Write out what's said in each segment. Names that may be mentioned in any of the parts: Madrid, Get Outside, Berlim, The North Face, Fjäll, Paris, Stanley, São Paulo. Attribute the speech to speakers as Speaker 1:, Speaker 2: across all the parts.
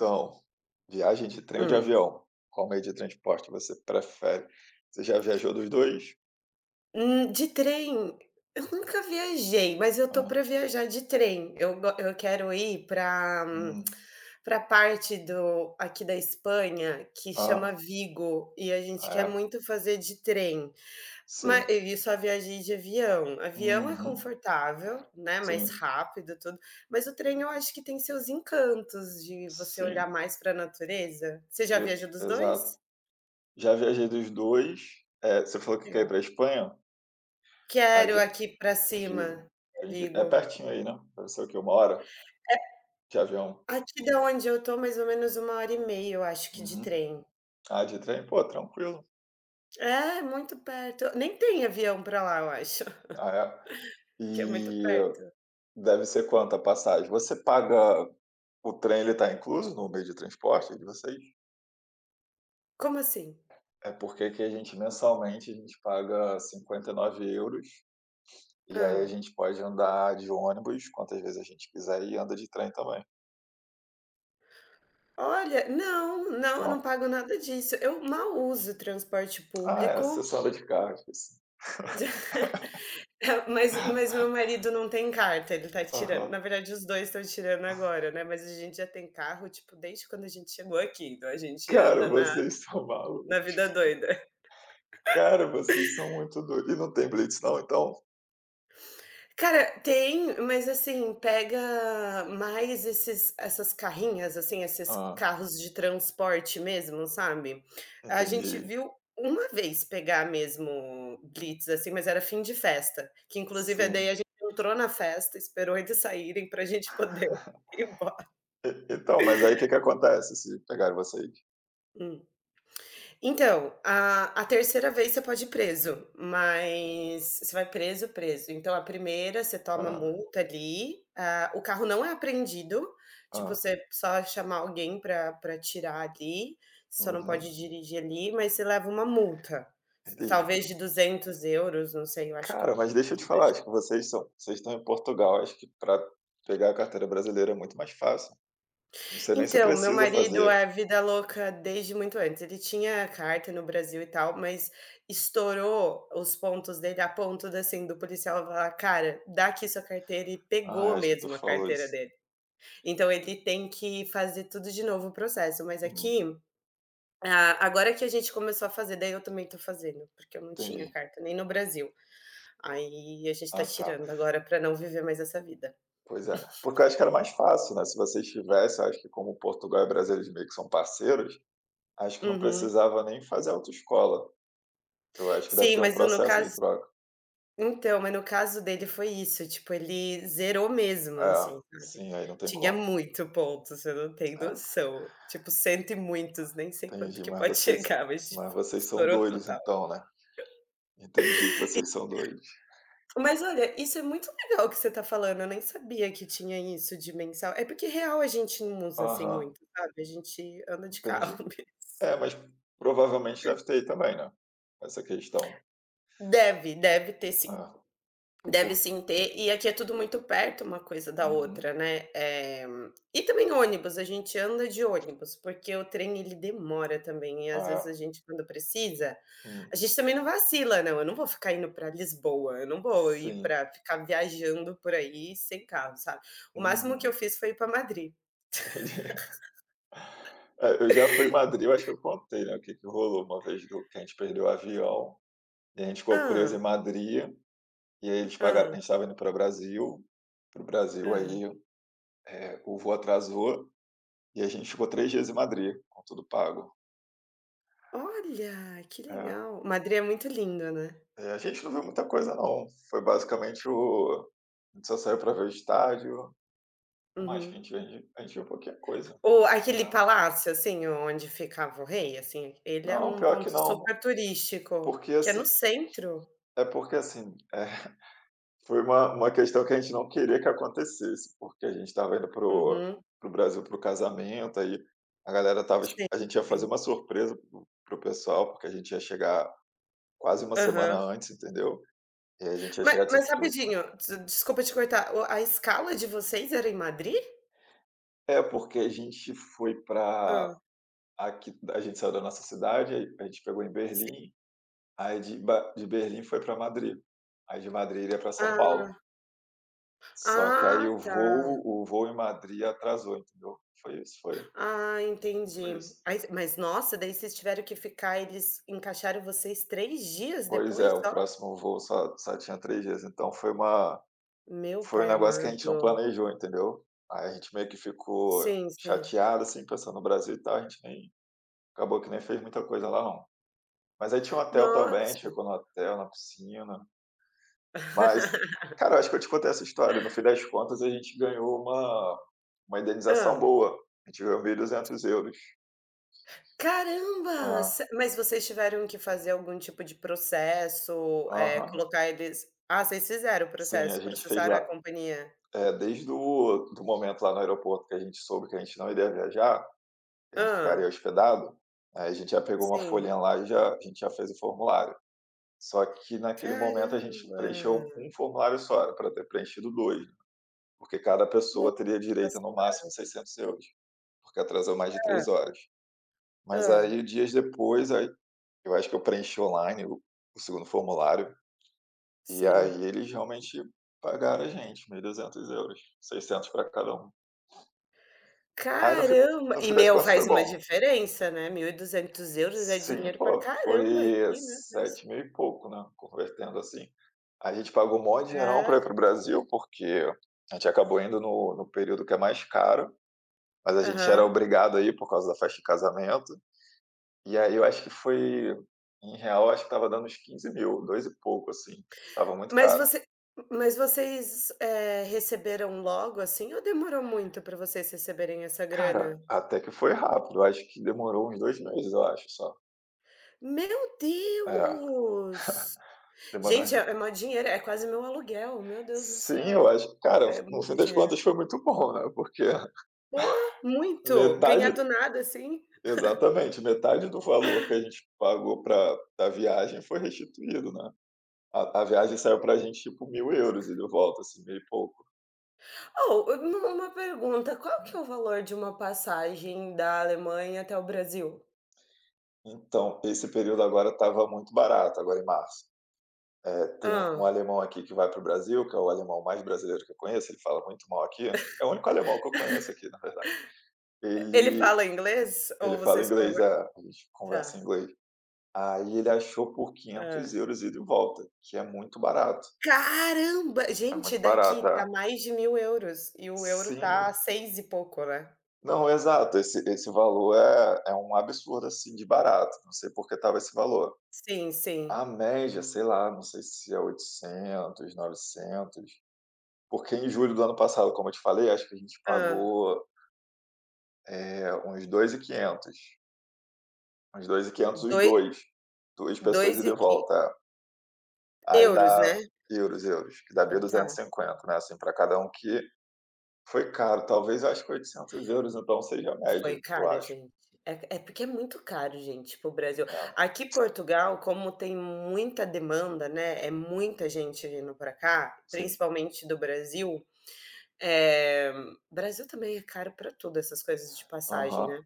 Speaker 1: Então, viagem de trem ou de
Speaker 2: Hum.
Speaker 1: avião? Qual meio de transporte você prefere? Você já viajou dos 2?
Speaker 2: De trem, eu nunca viajei, mas eu tô para
Speaker 1: Ah,
Speaker 2: viajar de trem. Eu quero ir para
Speaker 1: hum,
Speaker 2: parte do aqui da Espanha que chama
Speaker 1: ah,
Speaker 2: Vigo, e a gente quer
Speaker 1: é,
Speaker 2: muito fazer de trem, mas
Speaker 1: sim.
Speaker 2: eu só viajei de avião. Avião é
Speaker 1: Uhum,
Speaker 2: confortável, né, mais
Speaker 1: sim,
Speaker 2: rápido, tudo, mas o trem eu acho que tem seus encantos de você olhar
Speaker 1: sim,
Speaker 2: mais para a natureza. Você já viajou dos
Speaker 1: e exato.
Speaker 2: dois?
Speaker 1: Já viajei dos 2. Você falou
Speaker 2: Que
Speaker 1: que quer ir
Speaker 2: legal.
Speaker 1: pra Espanha? A
Speaker 2: Quero,
Speaker 1: gen
Speaker 2: aqui para cima,
Speaker 1: Vigo, entendi. É
Speaker 2: Vigo.
Speaker 1: pertinho aí, né? Deve ser o quê? 1 hora de avião?
Speaker 2: Aqui da onde eu tô, mais ou menos uma hora e meia, eu acho que de
Speaker 1: Uhum.
Speaker 2: trem.
Speaker 1: Ah, de trem? Pô, tranquilo.
Speaker 2: É, muito perto. Nem tem avião pra lá, eu acho,
Speaker 1: Ah, é.
Speaker 2: que é muito
Speaker 1: E
Speaker 2: perto.
Speaker 1: deve ser quanto a passagem? Você paga O trem ele está incluso no meio de transporte de vocês?
Speaker 2: Como assim?
Speaker 1: É porque que a gente mensalmente a gente paga €59,00 e nove euros, e
Speaker 2: Hã.
Speaker 1: aí a gente pode andar de ônibus quantas vezes a gente quiser e anda de trem também.
Speaker 2: Olha, não, não, eu não
Speaker 1: Não?
Speaker 2: pago nada disso. Eu mal uso transporte
Speaker 1: Ah, é, você
Speaker 2: público.
Speaker 1: só anda de carro, esqueci.
Speaker 2: Mas meu marido não tem carta, ele tá tirando. Na
Speaker 1: Aham.
Speaker 2: verdade, os 2 estão tirando agora, né, mas a gente já tem carro, tipo, desde quando a gente chegou aqui, então a gente
Speaker 1: Cara,
Speaker 2: anda na
Speaker 1: vocês são malucos.
Speaker 2: vida doida.
Speaker 1: Cara, vocês são muito doidos. E não tem blitz não então?
Speaker 2: Cara, tem, mas assim, pega mais esses essas carrinhas, assim, esses
Speaker 1: Hã,
Speaker 2: carros de transporte mesmo, sabe. A gente
Speaker 1: entendi.
Speaker 2: viu uma vez pegar mesmo blitz, assim, mas era fim de festa, que inclusive daí a
Speaker 1: Sim.
Speaker 2: gente entrou na festa, esperou eles saírem pra gente poder ir embora.
Speaker 1: E então, mas aí o que que acontece se pegarem vocês?
Speaker 2: Hum. Então, a terceira vez você pode ir preso, mas você vai preso, preso. Então a primeira você toma
Speaker 1: Ah,
Speaker 2: multa ali, ah, o carro não é apreendido, tipo,
Speaker 1: ah.
Speaker 2: você só chamar alguém para tirar ali, você só não pode
Speaker 1: Uhum.
Speaker 2: dirigir ali, mas você leva uma multa,
Speaker 1: Entendi.
Speaker 2: talvez de 200 euros, não sei, eu acho que é
Speaker 1: Cara,
Speaker 2: alguma
Speaker 1: mas deixa
Speaker 2: coisa
Speaker 1: eu te
Speaker 2: do
Speaker 1: falar, acho
Speaker 2: tipo.
Speaker 1: que vocês estão em Portugal, acho que para pegar a carteira brasileira é muito mais fácil. Não sei nem se
Speaker 2: Então, meu
Speaker 1: precisa
Speaker 2: marido
Speaker 1: fazer.
Speaker 2: é vida louca desde muito antes. Ele tinha carta no Brasil e tal, mas estourou os pontos dele a ponto de, assim, do policial falar: "Cara, dá aqui sua carteira", e
Speaker 1: Ah,
Speaker 2: pegou
Speaker 1: acho que tu
Speaker 2: mesmo a
Speaker 1: falou
Speaker 2: carteira
Speaker 1: isso.
Speaker 2: dele. Então ele tem que fazer tudo de novo o processo, mas
Speaker 1: Uhum,
Speaker 2: aqui, ah, agora que a gente começou a fazer, daí eu também tô fazendo, porque eu não tinha
Speaker 1: entendi.
Speaker 2: carta nem no Brasil. Aí a gente tá
Speaker 1: Ah, tá.
Speaker 2: tirando agora pra não viver mais essa vida.
Speaker 1: Pois é. Porque eu acho que era mais fácil, né, se vocês tivessem acho que como Portugal e Brasil eles meio que são parceiros, acho que não
Speaker 2: Uhum.
Speaker 1: precisava nem fazer autoescola. Eu acho que deve
Speaker 2: Sim,
Speaker 1: ter um
Speaker 2: mas no
Speaker 1: processo de
Speaker 2: caso
Speaker 1: troca.
Speaker 2: Então, mas no caso dele foi isso, tipo, ele zerou mesmo,
Speaker 1: É,
Speaker 2: assim, sabe.
Speaker 1: sim, aí não tem
Speaker 2: Tinha
Speaker 1: como.
Speaker 2: muito ponto, você não tem
Speaker 1: É,
Speaker 2: noção. Tipo, cento e muitos, nem sei quanto
Speaker 1: entendi,
Speaker 2: que
Speaker 1: mas
Speaker 2: pode
Speaker 1: vocês
Speaker 2: chegar, mas,
Speaker 1: mas
Speaker 2: tipo,
Speaker 1: vocês são
Speaker 2: estourou
Speaker 1: doidos
Speaker 2: total.
Speaker 1: então, né. Entendi que vocês são doidos.
Speaker 2: Mas olha, isso é muito legal que você tá falando, eu nem sabia que tinha isso de mensal. É porque real a gente não usa, assim,
Speaker 1: Aham,
Speaker 2: muito, sabe, a gente anda de
Speaker 1: entendi.
Speaker 2: carro.
Speaker 1: É, mas provavelmente deve ter aí também, né, essa questão.
Speaker 2: Deve, deve ter sim.
Speaker 1: É,
Speaker 2: Deve
Speaker 1: por
Speaker 2: sim ter, e aqui é tudo muito perto uma coisa da
Speaker 1: uhum.
Speaker 2: outra, né. E também ônibus, a gente anda de ônibus, porque o trem ele demora também, e às vezes a
Speaker 1: Ah,
Speaker 2: gente quando precisa, a
Speaker 1: hum,
Speaker 2: gente também não vacila não, eu não vou ficar indo para Lisboa, eu não vou ir
Speaker 1: sim.
Speaker 2: para ficar viajando por aí sem carro, sabe. O máximo que eu
Speaker 1: Uhum,
Speaker 2: fiz foi ir para Madrid.
Speaker 1: entendi. É, eu já fui em Madrid, eu acho que eu contei, né, o que que rolou uma vez do que a gente perdeu o avião, e a gente ficou preso em
Speaker 2: Ah,
Speaker 1: Madrid, e aí eles pagaram a
Speaker 2: ah,
Speaker 1: gente estava indo para o Brasil,
Speaker 2: ah.
Speaker 1: Aí, o voo atrasou, e a gente ficou 3 dias em Madrid, com tudo pago.
Speaker 2: Olha, que
Speaker 1: É,
Speaker 2: legal. Madrid é muito lindo, né.
Speaker 1: e a gente não viu muita coisa não, foi basicamente o a gente só saiu para ver o estádio. Que mais que a
Speaker 2: Uhum.
Speaker 1: gente vende? A gente viu pouquinha coisa.
Speaker 2: O
Speaker 1: É.
Speaker 2: Aquele palácio, assim, onde ficava o rei, assim, ele é
Speaker 1: Não,
Speaker 2: um
Speaker 1: pior que
Speaker 2: ponto
Speaker 1: não,
Speaker 2: super turístico,
Speaker 1: porque
Speaker 2: que é no
Speaker 1: assim,
Speaker 2: centro.
Speaker 1: é porque assim, foi uma questão que a gente não queria que acontecesse, porque a gente estava indo pro
Speaker 2: Uhum.
Speaker 1: pro Brasil pro casamento, aí a galera estava es
Speaker 2: Sim,
Speaker 1: a gente ia fazer
Speaker 2: sim.
Speaker 1: uma surpresa pro o pessoal, porque a gente ia chegar quase uma semana
Speaker 2: Aham.
Speaker 1: antes, entendeu. E aí a gente ia
Speaker 2: Ma
Speaker 1: chegar de
Speaker 2: mas
Speaker 1: surpresa.
Speaker 2: rapidinho, desculpa te cortar, o a escala de vocês era em Madrid?
Speaker 1: É, porque a gente foi
Speaker 2: Hã,
Speaker 1: pra aqui a gente saiu da nossa cidade, aí a gente pegou em
Speaker 2: sim.
Speaker 1: Berlim, aí de Berlim foi para Madrid, aí de Madrid ia para São
Speaker 2: Ah,
Speaker 1: Paulo. Só que
Speaker 2: ah,
Speaker 1: aí o
Speaker 2: tá.
Speaker 1: voo o voo em Madrid atrasou, entendeu. Foi isso,
Speaker 2: Ah,
Speaker 1: foi
Speaker 2: entendi.
Speaker 1: isso.
Speaker 2: Aí mas nossa, daí vocês tiveram que ficar eles encaixaram vocês 3 dias
Speaker 1: Pois
Speaker 2: depois
Speaker 1: é, o
Speaker 2: só?
Speaker 1: próximo voo só tinha 3 dias, então
Speaker 2: Meu
Speaker 1: foi um
Speaker 2: pai
Speaker 1: negócio que a gente não
Speaker 2: amado.
Speaker 1: planejou, entendeu. Aí a gente meio que ficou
Speaker 2: Sim, sim.
Speaker 1: chateado, assim, pensando no Brasil e tal, a gente nem acabou que nem fez muita coisa lá não. Mas aí tinha um hotel também, a gente
Speaker 2: Nossa.
Speaker 1: ficou no hotel, na piscina. Mas, cara, eu acho que eu te contei essa história. No fim das contas, a gente ganhou uma indenização
Speaker 2: Hã.
Speaker 1: boa. A gente ganhou 1.200 euros.
Speaker 2: Caramba! Ce
Speaker 1: Ah,
Speaker 2: Mas vocês tiveram que fazer algum tipo de processo,
Speaker 1: aham.
Speaker 2: colocar vocês fizeram o
Speaker 1: Sim, a
Speaker 2: processo,
Speaker 1: gente fez
Speaker 2: processaram a
Speaker 1: lá
Speaker 2: companhia?
Speaker 1: é, desde o do momento lá no aeroporto que a gente soube que a gente não iria viajar, que a gente ficaria
Speaker 2: Ah,
Speaker 1: hospedado, aí a gente já pegou uma
Speaker 2: sim.
Speaker 1: folhinha lá e já a gente já fez o formulário. Só que naquele momento a gente
Speaker 2: Caramba!
Speaker 1: preencheu um formulário só, era pra ter preenchido 2, né, porque cada pessoa teria direito a
Speaker 2: Nossa,
Speaker 1: no máximo 600 euros, porque atrasou mais de
Speaker 2: hã,
Speaker 1: 3 horas. Mas
Speaker 2: hã,
Speaker 1: aí dias depois, aí eu acho que eu preenchi online o 2º formulário, e
Speaker 2: sim.
Speaker 1: aí eles realmente pagaram a gente 1.200 euros, 600 para cada um. Aí
Speaker 2: Caramba!
Speaker 1: no
Speaker 2: E
Speaker 1: fim das
Speaker 2: meu,
Speaker 1: contas
Speaker 2: faz
Speaker 1: foi
Speaker 2: uma
Speaker 1: bom.
Speaker 2: diferença, né, 1.200 euros é
Speaker 1: Sim,
Speaker 2: dinheiro pra
Speaker 1: pô,
Speaker 2: caramba
Speaker 1: foi
Speaker 2: aqui, meu Deus.
Speaker 1: 7 mil e pouco, né, convertendo assim. A gente pagou mó dinheirão
Speaker 2: É,
Speaker 1: pra ir para o Brasil, porque a gente acabou indo no período que é mais caro, mas a gente era
Speaker 2: aham.
Speaker 1: obrigado aí por causa da festa de casamento. E aí eu acho que foi em real, acho que estava dando uns 15 mil, dois e pouco, assim. Tava muito
Speaker 2: Mas
Speaker 1: caro.
Speaker 2: você mas vocês, receberam logo, assim, ou demorou muito para vocês receberem essa grana?
Speaker 1: Cara, até que foi rápido, acho que demorou uns 2 meses, eu acho só.
Speaker 2: Meu
Speaker 1: É,
Speaker 2: Deus!
Speaker 1: demorou uns
Speaker 2: Gente, é
Speaker 1: meses.
Speaker 2: é mó dinheiro, é quase meu aluguel, meu Deus do
Speaker 1: Sim, eu
Speaker 2: céu,
Speaker 1: acho cara,
Speaker 2: é
Speaker 1: no
Speaker 2: muito
Speaker 1: fim das
Speaker 2: dinheiro.
Speaker 1: contas foi muito bom, né, porque
Speaker 2: Pô, muito! Ganhar
Speaker 1: metade
Speaker 2: do nada, assim.
Speaker 1: exatamente, metade do valor que a gente pagou pra da viagem foi restituído, né. A viagem saiu pra gente tipo 1.000 euros e de volta, assim, mil e pouco.
Speaker 2: Oh, uma pergunta, qual que é o valor de uma passagem da Alemanha até o Brasil?
Speaker 1: Então, esse período agora estava muito barato, agora em março. É, tem um
Speaker 2: Ah,
Speaker 1: alemão aqui que vai para o Brasil, que é o alemão mais brasileiro que eu conheço, ele fala muito mal aqui, é o único alemão que eu conheço aqui, na verdade.
Speaker 2: ele
Speaker 1: Ele
Speaker 2: fala inglês
Speaker 1: Ele
Speaker 2: ou
Speaker 1: fala
Speaker 2: vocês
Speaker 1: inglês, é,
Speaker 2: conversam?
Speaker 1: a gente conversa em
Speaker 2: Tá.
Speaker 1: inglês. Aí ele achou por €500 ida e volta, que é muito barato,
Speaker 2: Caramba!
Speaker 1: é
Speaker 2: Gente,
Speaker 1: muito barato,
Speaker 2: daqui tá
Speaker 1: é.
Speaker 2: mais de 1.000 euros e o euro tá a
Speaker 1: Sim.
Speaker 2: 6 e pouco, né.
Speaker 1: Não, exato, esse valor é um absurdo, assim, de barato, não sei por que estava esse valor.
Speaker 2: Sim, sim.
Speaker 1: A média, sei lá, não sei se é 800, 900, porque em julho do ano passado, como eu te falei, acho que a gente
Speaker 2: Hã.
Speaker 1: pagou. É, uns 2.500. Uns dois e quinhentos os
Speaker 2: Doi
Speaker 1: 2 2 pessoas
Speaker 2: dois
Speaker 1: ida
Speaker 2: e
Speaker 1: e
Speaker 2: quin
Speaker 1: volta, é. Aí
Speaker 2: euros,
Speaker 1: dá
Speaker 2: né?
Speaker 1: euros, euros, que dá mil
Speaker 2: Ah, tá.
Speaker 1: duzentos e cinquenta né, assim, pra cada um, que foi caro. Talvez, eu acho que 800 euros então seja a média,
Speaker 2: Foi
Speaker 1: eu
Speaker 2: caro,
Speaker 1: acho.
Speaker 2: gente. É porque é muito caro, gente, para o Brasil.
Speaker 1: É,
Speaker 2: Aqui Portugal, como tem muita demanda, né, é muita gente vindo pra cá,
Speaker 1: sim.
Speaker 2: principalmente do Brasil, eh, Brasil também é caro pra tudo, essas coisas de passagem,
Speaker 1: Aham,
Speaker 2: né.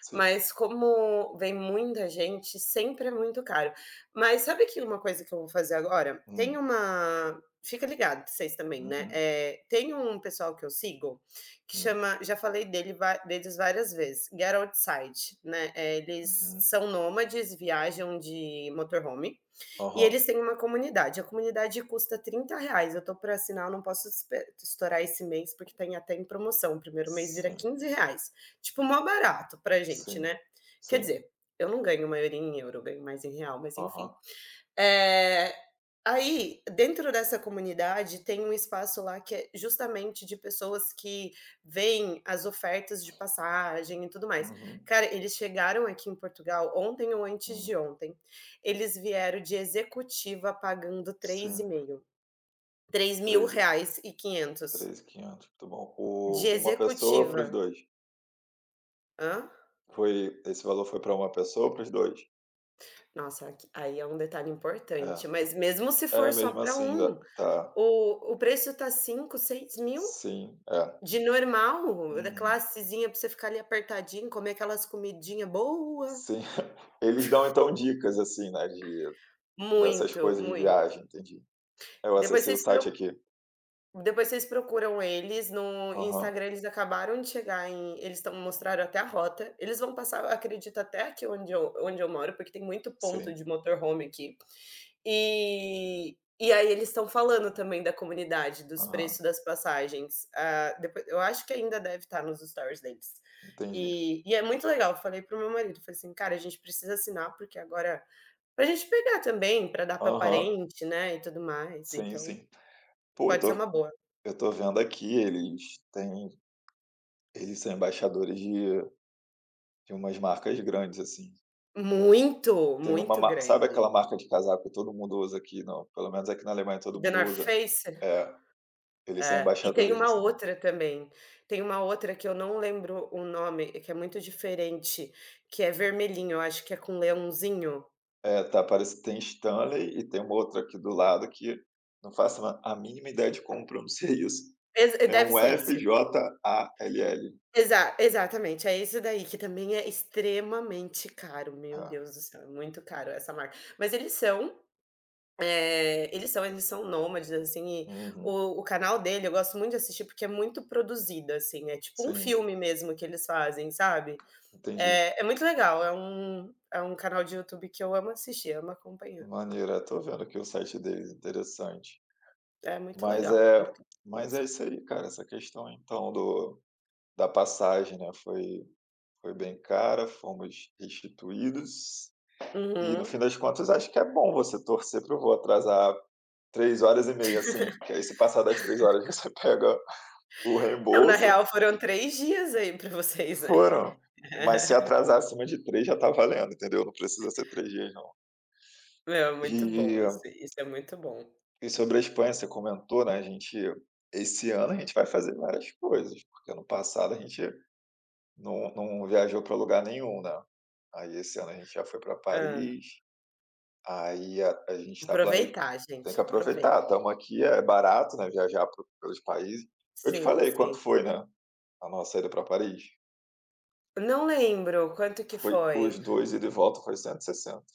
Speaker 1: sim.
Speaker 2: Mas como vem muita gente, sempre é muito caro. Mas sabe que uma coisa que eu vou fazer agora? Tem
Speaker 1: Hum,
Speaker 2: uma fica ligado vocês também, né,
Speaker 1: uhum,
Speaker 2: tem um pessoal que eu sigo, que
Speaker 1: hum,
Speaker 2: chama já falei deles várias vezes, Get Outside, né, eles
Speaker 1: uhum.
Speaker 2: são nômades, viajam de motorhome, e
Speaker 1: Aham.
Speaker 2: eles têm uma comunidade. A comunidade custa 30 reais. Eu tô para assinar, eu não posso estourar esse mês, porque tem até em promoção. O primeiro mês vira
Speaker 1: Sim,
Speaker 2: 15 reais. Tipo, mó barato pra gente,
Speaker 1: sim,
Speaker 2: né? Quer
Speaker 1: sim.
Speaker 2: dizer, eu não ganho maioria em euro, eu ganho mais em real, mas enfim.
Speaker 1: Aham.
Speaker 2: Eh, Aí, dentro dessa comunidade, tem um espaço lá que é justamente de pessoas que veem as ofertas de passagem e tudo mais.
Speaker 1: Uhum,
Speaker 2: Cara, eles chegaram aqui em Portugal ontem ou antes de
Speaker 1: hum.
Speaker 2: ontem. Eles vieram de executiva pagando
Speaker 1: Sim,
Speaker 2: três mil
Speaker 1: treze
Speaker 2: reais e quinhentos
Speaker 1: 13.500, muito bom.
Speaker 2: de
Speaker 1: O Uma pessoa para os
Speaker 2: executiva.
Speaker 1: dois?
Speaker 2: Hã?
Speaker 1: Foi esse valor foi para uma pessoa ou para os dois?
Speaker 2: Nossa, aqui aí é um detalhe
Speaker 1: É.
Speaker 2: importante, mas mesmo se for
Speaker 1: É,
Speaker 2: só
Speaker 1: mesmo
Speaker 2: para
Speaker 1: assim ainda
Speaker 2: um,
Speaker 1: tá.
Speaker 2: o preço tá cinco, seis mil?
Speaker 1: Sim, é.
Speaker 2: De normal, da
Speaker 1: Uhum.
Speaker 2: classezinha pra você ficar ali apertadinho, comer aquelas comidinha boa.
Speaker 1: Sim. Eles dão então dicas, assim, né, de dessas
Speaker 2: Muito,
Speaker 1: coisas de
Speaker 2: muito.
Speaker 1: viagem, entendi. Eu
Speaker 2: Depois
Speaker 1: acessei o
Speaker 2: vocês pro
Speaker 1: site aqui.
Speaker 2: Depois vocês procuram eles no
Speaker 1: Aham,
Speaker 2: Instagram, eles acabaram de chegar em eles estão mostraram até a rota. Eles vão passar, acredito, até aqui onde eu moro, porque tem muito ponto
Speaker 1: sim.
Speaker 2: de motorhome aqui. E aí eles estão falando também da comunidade, dos preços
Speaker 1: Aham,
Speaker 2: das passagens. Ah, depois, eu acho que ainda deve estar nos stories deles.
Speaker 1: entendi.
Speaker 2: E é muito legal. Eu falei pro meu marido, falei assim, cara, a gente precisa assinar, porque agora. Pra gente pegar também, pra dar pra
Speaker 1: Aham,
Speaker 2: parente, né? E tudo mais.
Speaker 1: sim,
Speaker 2: Então,
Speaker 1: sim. Pô,
Speaker 2: pode ser uma boa.
Speaker 1: eu tô vendo aqui, eles são embaixadores de umas marcas grandes, assim.
Speaker 2: Muito,
Speaker 1: Tem uma
Speaker 2: muito
Speaker 1: mar sabe aquela
Speaker 2: grande.
Speaker 1: marca de casaco que todo mundo usa aqui, não, pelo menos aqui na Alemanha todo
Speaker 2: The
Speaker 1: mundo
Speaker 2: North
Speaker 1: usa?
Speaker 2: Face?
Speaker 1: É. Eles são
Speaker 2: É, e tem
Speaker 1: embaixadores de
Speaker 2: uma
Speaker 1: São.
Speaker 2: outra também, tem uma outra que eu não lembro o nome, que é muito diferente, que é vermelhinho, eu acho que é com leãozinho.
Speaker 1: É, tá, parece que tem Stanley e tem uma outra aqui do lado que não faço a mínima ideia de como pronunciar isso.
Speaker 2: Ex
Speaker 1: É
Speaker 2: deve
Speaker 1: um
Speaker 2: ser esse.
Speaker 1: F-J-A-L-L.
Speaker 2: Exatamente, é esse daí, que também é extremamente caro, meu
Speaker 1: É.
Speaker 2: Deus do céu, é muito caro essa marca. Mas eles são, eles são nômades, assim, e
Speaker 1: Uhum.
Speaker 2: o canal dele eu gosto muito de assistir, porque é muito produzido, assim, é tipo um
Speaker 1: Sim,
Speaker 2: filme mesmo que eles fazem, sabe.
Speaker 1: entendi.
Speaker 2: É, é muito legal, é um canal de YouTube que eu amo assistir, amo acompanhar.
Speaker 1: Maneiro, é, tô vendo aqui o site deles, interessante.
Speaker 2: É
Speaker 1: Mas é
Speaker 2: muito legal
Speaker 1: mas é
Speaker 2: mesmo.
Speaker 1: isso aí, cara, essa questão então do da passagem, né, foi bem cara, fomos restituídos. E no
Speaker 2: Uhum.
Speaker 1: fim das contas, acho que é bom você torcer para o voo atrasar 3 horas e meia, assim, que aí se passar das 3 horas você pega o
Speaker 2: Não, na
Speaker 1: reembolso,
Speaker 2: real foram 3 dias aí pra vocês, né.
Speaker 1: foram. Mas se atrasar acima de 3 já tá valendo, entendeu? Não precisa ser 3 dias não.
Speaker 2: Meu, é muito bom isso,
Speaker 1: E
Speaker 2: isso é muito bom.
Speaker 1: e sobre a Espanha, você comentou, né, a gente esse ano a gente vai fazer várias coisas, porque ano passado a gente não viajou pra lugar nenhum, né. Aí esse ano a gente já foi pra
Speaker 2: Hã.
Speaker 1: Paris. Aí a gente está planejando,
Speaker 2: Aproveitar,
Speaker 1: tem que
Speaker 2: gente, aproveita.
Speaker 1: aproveitar, estamos aqui, é barato, né, viajar por pelos países. Eu te
Speaker 2: Sim,
Speaker 1: falei quanto
Speaker 2: sim.
Speaker 1: foi, né, a nossa ida para Paris?
Speaker 2: Não lembro quanto que
Speaker 1: Foi os
Speaker 2: foi.
Speaker 1: dois, ida e volta, foi 160.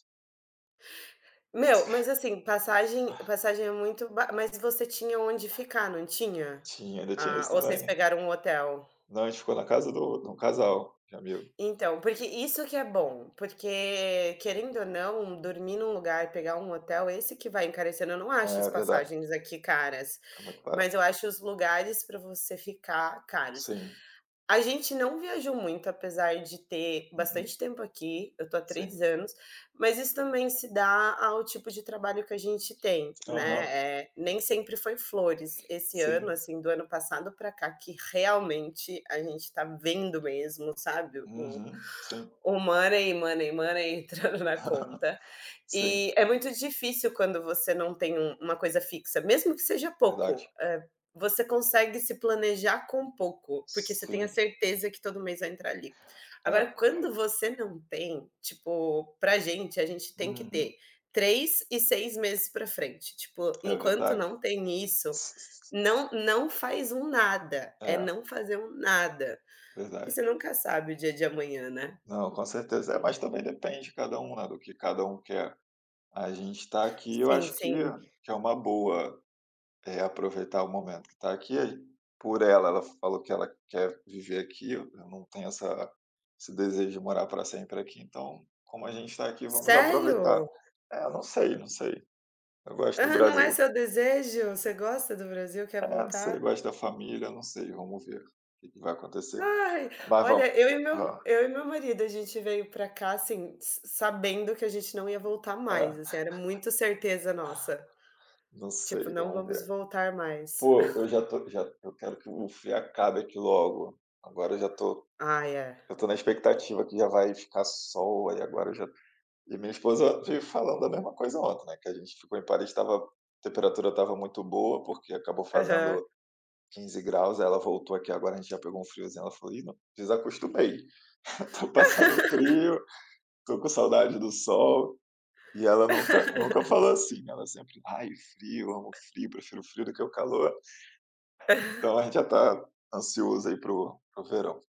Speaker 2: Meu, mas assim, passagem é muito ba mas você tinha onde ficar, não tinha?
Speaker 1: Tinha, ainda tinha
Speaker 2: Ah,
Speaker 1: isso
Speaker 2: ou vocês
Speaker 1: também.
Speaker 2: pegaram um hotel?
Speaker 1: Não, a gente ficou na casa do de um casal de amigo.
Speaker 2: Então, porque isso que é bom, porque querendo ou não, dormir num lugar, pegar um hotel, esse que vai encarecendo, eu não acho as
Speaker 1: É verdade,
Speaker 2: passagens aqui caras,
Speaker 1: é muito barato.
Speaker 2: mas eu acho os lugares para você ficar caros.
Speaker 1: Sim,
Speaker 2: A gente não viajou muito, apesar de ter
Speaker 1: uhum,
Speaker 2: bastante tempo aqui, eu tô há
Speaker 1: sim,
Speaker 2: 3 anos, mas isso também se dá ao tipo de trabalho que a gente tem,
Speaker 1: aham,
Speaker 2: né, nem sempre foi flores. Esse ano,
Speaker 1: sim,
Speaker 2: assim, do ano passado para cá, que realmente a gente tá vendo mesmo, sabe,
Speaker 1: uhum, sim,
Speaker 2: o money, money, money entrando na conta.
Speaker 1: sim,
Speaker 2: E é muito difícil quando você não tem uma coisa fixa, mesmo que seja
Speaker 1: verdade,
Speaker 2: pouco, você consegue se planejar com pouco, porque você tem a
Speaker 1: sim,
Speaker 2: certeza que todo mês vai entrar ali. Agora,
Speaker 1: é,
Speaker 2: quando você não tem, tipo, pra gente, a gente tem que
Speaker 1: uhum,
Speaker 2: ter 3 e 6 meses pra frente, tipo,
Speaker 1: é
Speaker 2: enquanto
Speaker 1: verdade.
Speaker 2: não tem isso,
Speaker 1: S-
Speaker 2: não não faz um nada, é
Speaker 1: É,
Speaker 2: não fazer um nada, porque
Speaker 1: verdade.
Speaker 2: você nunca sabe o dia de amanhã, né?
Speaker 1: Não, com certeza. É, mas também depende de cada um, né, do que cada um quer. A gente está aqui, eu
Speaker 2: Sim,
Speaker 1: acho
Speaker 2: sim.
Speaker 1: que é uma boa, aproveitar o momento que está aqui. Aí, ela falou que ela quer viver aqui, eu não tenho essa esse desejo de morar para sempre aqui, então, como a gente está aqui, vamos aproveitar.
Speaker 2: Sério?
Speaker 1: É, não sei, não sei. Eu gosto do
Speaker 2: Ah, não é
Speaker 1: Brasil.
Speaker 2: seu desejo? Você gosta do Brasil, quer
Speaker 1: É, não sei,
Speaker 2: voltar?
Speaker 1: eu gosto da família, não sei, vamos ver o que que vai acontecer.
Speaker 2: Ai,
Speaker 1: Mas vamos
Speaker 2: olha,
Speaker 1: Hã,
Speaker 2: eu e meu marido, a gente veio pra cá, assim, s sabendo que a gente não ia voltar mais,
Speaker 1: é,
Speaker 2: assim, era muito certeza nossa,
Speaker 1: não
Speaker 2: tipo:
Speaker 1: sei,
Speaker 2: "Não
Speaker 1: vamos
Speaker 2: vamos
Speaker 1: ver.
Speaker 2: voltar mais".
Speaker 1: Pô, eu já tô já eu quero que o frio acabe aqui logo. Agora
Speaker 2: Ah, é.
Speaker 1: eu tô na expectativa que já vai ficar sol, aí agora eu já e minha esposa veio falando a mesma coisa ontem, né, que a gente ficou em Paris, tava a temperatura estava muito boa, porque acabou
Speaker 2: Aham.
Speaker 1: fazendo 15 graus, aí ela voltou aqui agora, a gente já pegou um friozinho, ela falou: "Ih, não, desacostumei, tô passando frio, tô com saudade do sol". E ela nunca nunca falou assim, ela sempre: "Ai, frio, amo frio, prefiro frio do que o calor". Então a gente já está ansioso aí pro o verão.